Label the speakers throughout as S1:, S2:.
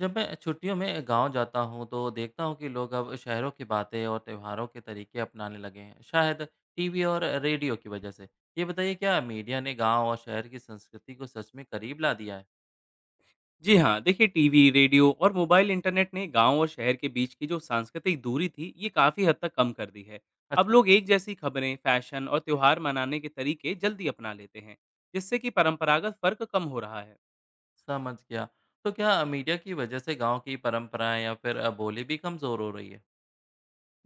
S1: जब मैं छुट्टियों में गांव जाता हूँ तो देखता हूँ कि लोग अब शहरों की बातें और त्योहारों के तरीके अपनाने लगे हैं, शायद टीवी और रेडियो की वजह से। ये बताइए, क्या मीडिया ने गांव और शहर की संस्कृति को सच में करीब ला दिया है?
S2: जी हाँ, देखिए टीवी रेडियो और मोबाइल इंटरनेट ने गांव और शहर के बीच की जो सांस्कृतिक दूरी थी, ये काफ़ी हद तक कम कर दी है। अब
S1: अच्छा।
S2: लोग एक जैसी खबरें, फैशन और त्यौहार मनाने के तरीके जल्दी अपना लेते हैं, जिससे कि परंपरागत फ़र्क कम हो रहा है।
S1: समझ गया। तो क्या मीडिया की वजह से गांव की परंपराएं या फिर बोली भी कमज़ोर हो रही है?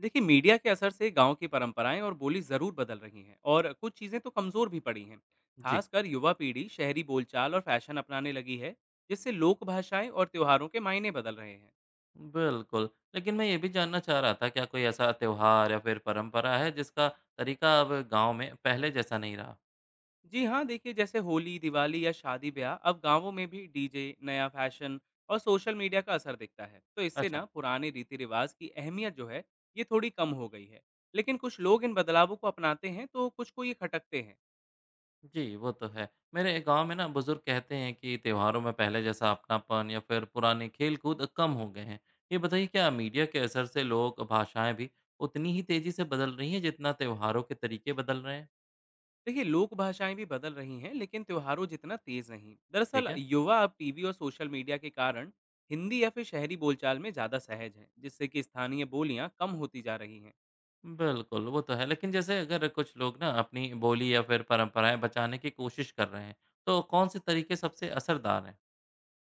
S2: देखिए मीडिया के असर से गांव की परंपराएं और बोली ज़रूर बदल रही हैं, और कुछ चीज़ें तो कमज़ोर भी पड़ी हैं।
S1: जी।
S2: खासकर युवा पीढ़ी शहरी बोलचाल और फैशन अपनाने लगी है, जिससे लोक भाषाएं और त्योहारों के मायने बदल रहे हैं।
S1: बिल्कुल। लेकिन मैं ये भी जानना चाह रहा था, क्या कोई ऐसा त्योहार या फिर परंपरा है जिसका तरीका अब गांव में पहले जैसा नहीं रहा?
S2: जी हाँ, देखिए जैसे होली, दिवाली या शादी ब्याह अब गांवों में भी डीजे, नया फैशन और सोशल मीडिया का असर दिखता है। तो इससे
S1: अच्छा।
S2: ना पुराने रीति रिवाज की अहमियत जो है, ये थोड़ी कम हो गई है। लेकिन कुछ लोग इन बदलावों को अपनाते हैं तो कुछ को ये खटकते हैं।
S1: जी, वो तो है। मेरे गाँव में ना बुज़ुर्ग कहते हैं कि त्योहारों में पहले जैसा अपनापन या फिर पुराने खेल-कूद कम हो गए हैं। ये बताइए, क्या मीडिया के असर से लोग भाषाएँ भी उतनी ही तेज़ी से बदल रही हैं जितना त्योहारों के तरीके बदल रहे हैं?
S2: देखिए लोक भाषाएं भी बदल रही हैं, लेकिन त्योहारों जितना तेज नहीं।
S1: ठीक
S2: दरअसल
S1: है।
S2: युवा अब टीवी और सोशल मीडिया के कारण हिंदी या फिर शहरी बोलचाल में ज्यादा सहज हैं, जिससे कि स्थानीय बोलियां कम होती जा रही हैं।
S1: बिल्कुल, वो तो है। लेकिन जैसे अगर कुछ लोग ना अपनी बोली या फिर परंपराएँ बचाने की कोशिश कर रहे हैं, तो कौन से तरीके सबसे असरदार हैं?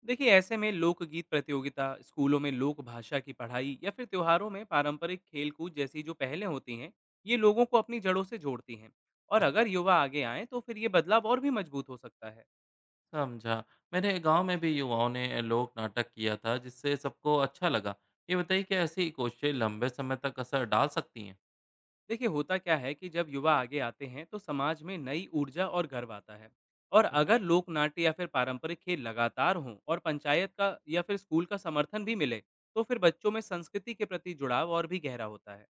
S2: देखिए ऐसे में लोकगीत प्रतियोगिता, स्कूलों में लोक भाषा की पढ़ाई या फिर त्योहारों में पारंपरिक खेलकूद जैसी जो पहलें होती हैं, ये लोगों को अपनी जड़ों से जोड़ती हैं। और
S1: अच्छा।
S2: अगर युवा आगे आएं तो फिर ये बदलाव और भी मजबूत हो सकता है।
S1: समझा। मेरे गांव में भी युवाओं ने लोक नाटक किया था जिससे सबको अच्छा लगा। ये बताइए कि ऐसी कोशिशें लंबे समय तक असर डाल सकती हैं?
S2: देखिए होता क्या है कि जब युवा आगे आते हैं तो समाज में नई ऊर्जा और गर्व आता है। और
S1: अच्छा।
S2: अगर लोक नाट्य या फिर पारंपरिक खेल लगातार हों और पंचायत का या फिर स्कूल का समर्थन भी मिले, तो फिर बच्चों में संस्कृति के प्रति जुड़ाव और भी गहरा होता है।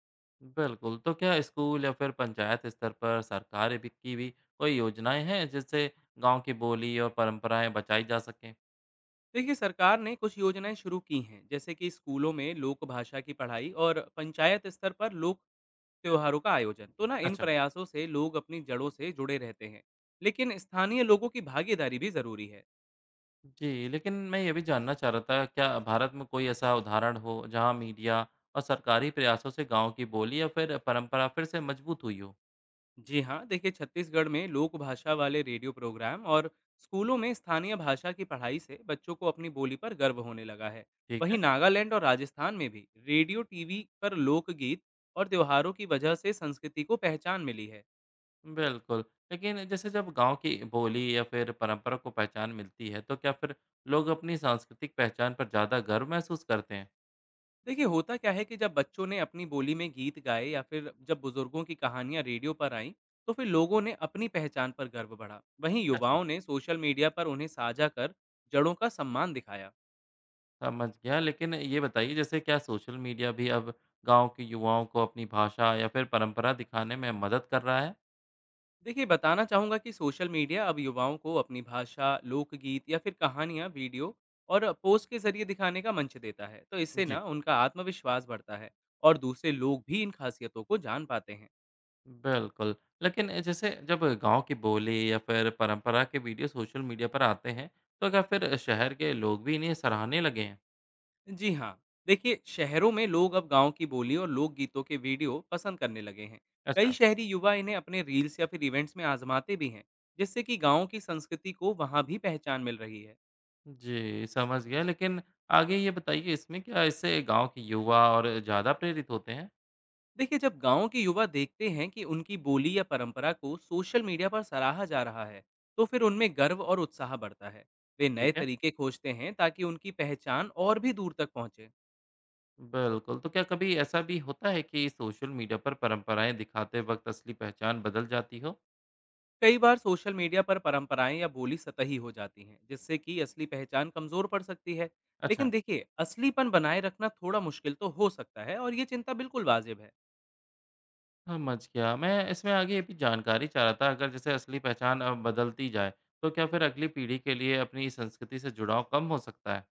S1: बिल्कुल। तो क्या स्कूल या फिर पंचायत स्तर पर सरकार भी की भी कोई योजनाएं हैं जिससे गांव की बोली और परंपराएं बचाई जा सकें?
S2: देखिए सरकार ने कुछ योजनाएं शुरू की हैं, जैसे कि स्कूलों में लोक भाषा की पढ़ाई और पंचायत स्तर पर लोक त्योहारों का आयोजन। तो ना इन
S1: अच्छा।
S2: प्रयासों से लोग अपनी जड़ों से जुड़े रहते हैं, लेकिन स्थानीय लोगों की भागीदारी भी जरूरी है।
S1: जी, लेकिन मैं ये भी जानना चाह रहा था, क्या भारत में कोई ऐसा उदाहरण हो जहां मीडिया और सरकारी प्रयासों से गांव की बोली या फिर परंपरा फिर से मजबूत हुई हो?
S2: जी हाँ, देखिए छत्तीसगढ़ में लोक भाषा वाले रेडियो प्रोग्राम और स्कूलों में स्थानीय भाषा की पढ़ाई से बच्चों को अपनी बोली पर गर्व होने लगा है।
S1: ठीक
S2: वहीं
S1: है।
S2: नागालैंड और राजस्थान में भी रेडियो, टीवी पर लोकगीत और त्योहारों की वजह से संस्कृति को पहचान मिली है।
S1: बिल्कुल। लेकिन जैसे जब गाँव की बोली या फिर परंपरा को पहचान मिलती है, तो क्या फिर लोग अपनी सांस्कृतिक पहचान पर ज़्यादा गर्व महसूस करते हैं?
S2: देखिए होता क्या है कि जब बच्चों ने अपनी बोली में गीत गाए या फिर जब बुजुर्गों की कहानियां रेडियो पर आईं, तो फिर लोगों ने अपनी पहचान पर गर्व बढ़ा। वहीं
S1: अच्छा।
S2: युवाओं ने सोशल मीडिया पर उन्हें साझा कर जड़ों का सम्मान दिखाया।
S1: समझ गया, लेकिन ये बताइए, जैसे क्या सोशल मीडिया भी अब गाँव के युवाओं को अपनी भाषा या फिर परंपरा दिखाने में मदद कर रहा है?
S2: देखिए बताना चाहूंगा कि सोशल मीडिया अब युवाओं को अपनी भाषा, लोकगीत या फिर कहानियां वीडियो और पोस्ट के जरिए दिखाने का मंच देता है। तो इससे ना
S1: जी।
S2: उनका आत्मविश्वास बढ़ता है और दूसरे लोग भी इन खासियतों को जान पाते हैं।
S1: बिल्कुल। लेकिन जैसे जब गाँव की बोली या फिर परंपरा के वीडियो सोशल मीडिया पर आते हैं, तो क्या फिर शहर के लोग भी इन्हें सराहने लगे हैं?
S2: जी हाँ, देखिए शहरों में लोग अब गाँव की बोली और लोकगीतों के वीडियो पसंद करने लगे हैं। कई
S1: अच्छा।
S2: शहरी युवा इन्हें अपने रील्स या फिर इवेंट्स में आजमाते भी हैं, जिससे कि गाँव की संस्कृति को वहाँ भी पहचान मिल रही है।
S1: जी, समझ गया। लेकिन आगे ये बताइए, इसमें क्या इससे गाँव के युवा और ज़्यादा प्रेरित होते हैं?
S2: देखिए जब गाँव के युवा देखते हैं कि उनकी बोली या परंपरा को सोशल मीडिया पर सराहा जा रहा है, तो फिर उनमें गर्व और उत्साह बढ़ता है। वे
S1: ठीक
S2: नए
S1: है।
S2: तरीके खोजते हैं ताकि उनकी पहचान और भी दूर तक पहुँचे।
S1: बिल्कुल, तो क्या कभी ऐसा भी होता है कि सोशल मीडिया पर परंपराएँ दिखाते वक़्त असली पहचान बदल जाती हो?
S2: कई बार सोशल मीडिया पर परंपराएं या बोली सतही हो जाती हैं, जिससे कि असली पहचान कमजोर पड़ सकती है। लेकिन
S1: अच्छा।
S2: देखिए असलीपन बनाए रखना थोड़ा मुश्किल तो हो सकता है, और ये चिंता बिल्कुल वाजिब है।
S1: समझ गया। मैं इसमें आगे ये भी जानकारी चाह रहा था, अगर जैसे असली पहचान अब बदलती जाए, तो क्या फिर अगली पीढ़ी के लिए अपनी संस्कृति से जुड़ाव कम हो सकता है?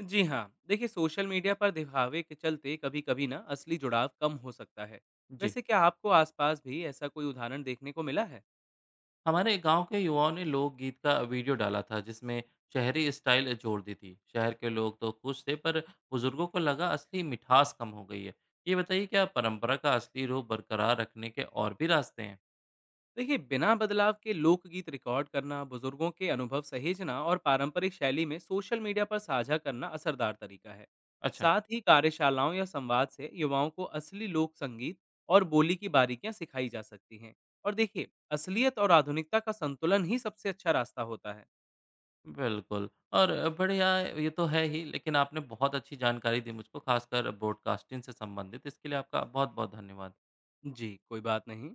S2: जी हाँ, देखिए सोशल मीडिया पर दिखावे के चलते कभी कभी ना असली जुड़ाव कम हो सकता है।
S1: जी।
S2: वैसे क्या आपको आसपास भी ऐसा कोई उदाहरण देखने को मिला है?
S1: हमारे गांव के युवाओं ने लोकगीत का वीडियो डाला था जिसमें शहरी स्टाइल जोड़ दी थी। शहर के लोग तो खुश थे, पर बुजुर्गों को लगा असली मिठास कम हो गई है। ये बताइए, क्या परंपरा का असली रूप बरकरार रखने के और भी रास्ते हैं?
S2: देखिए बिना बदलाव के लोकगीत रिकॉर्ड करना, बुजुर्गों के अनुभव सहेजना और पारंपरिक शैली में सोशल मीडिया पर साझा करना असरदार तरीका है।
S1: अच्छा।
S2: साथ ही कार्यशालाओं या संवाद से युवाओं को असली लोक संगीत और बोली की बारीकियां सिखाई जा सकती हैं। और देखिए असलियत और आधुनिकता का संतुलन ही सबसे अच्छा रास्ता होता है।
S1: बिल्कुल। और बढ़िया, ये तो है ही। लेकिन आपने बहुत अच्छी जानकारी दी मुझको, खासकर ब्रॉडकास्टिंग से संबंधित। इसके लिए आपका बहुत बहुत धन्यवाद।
S2: जी कोई बात नहीं।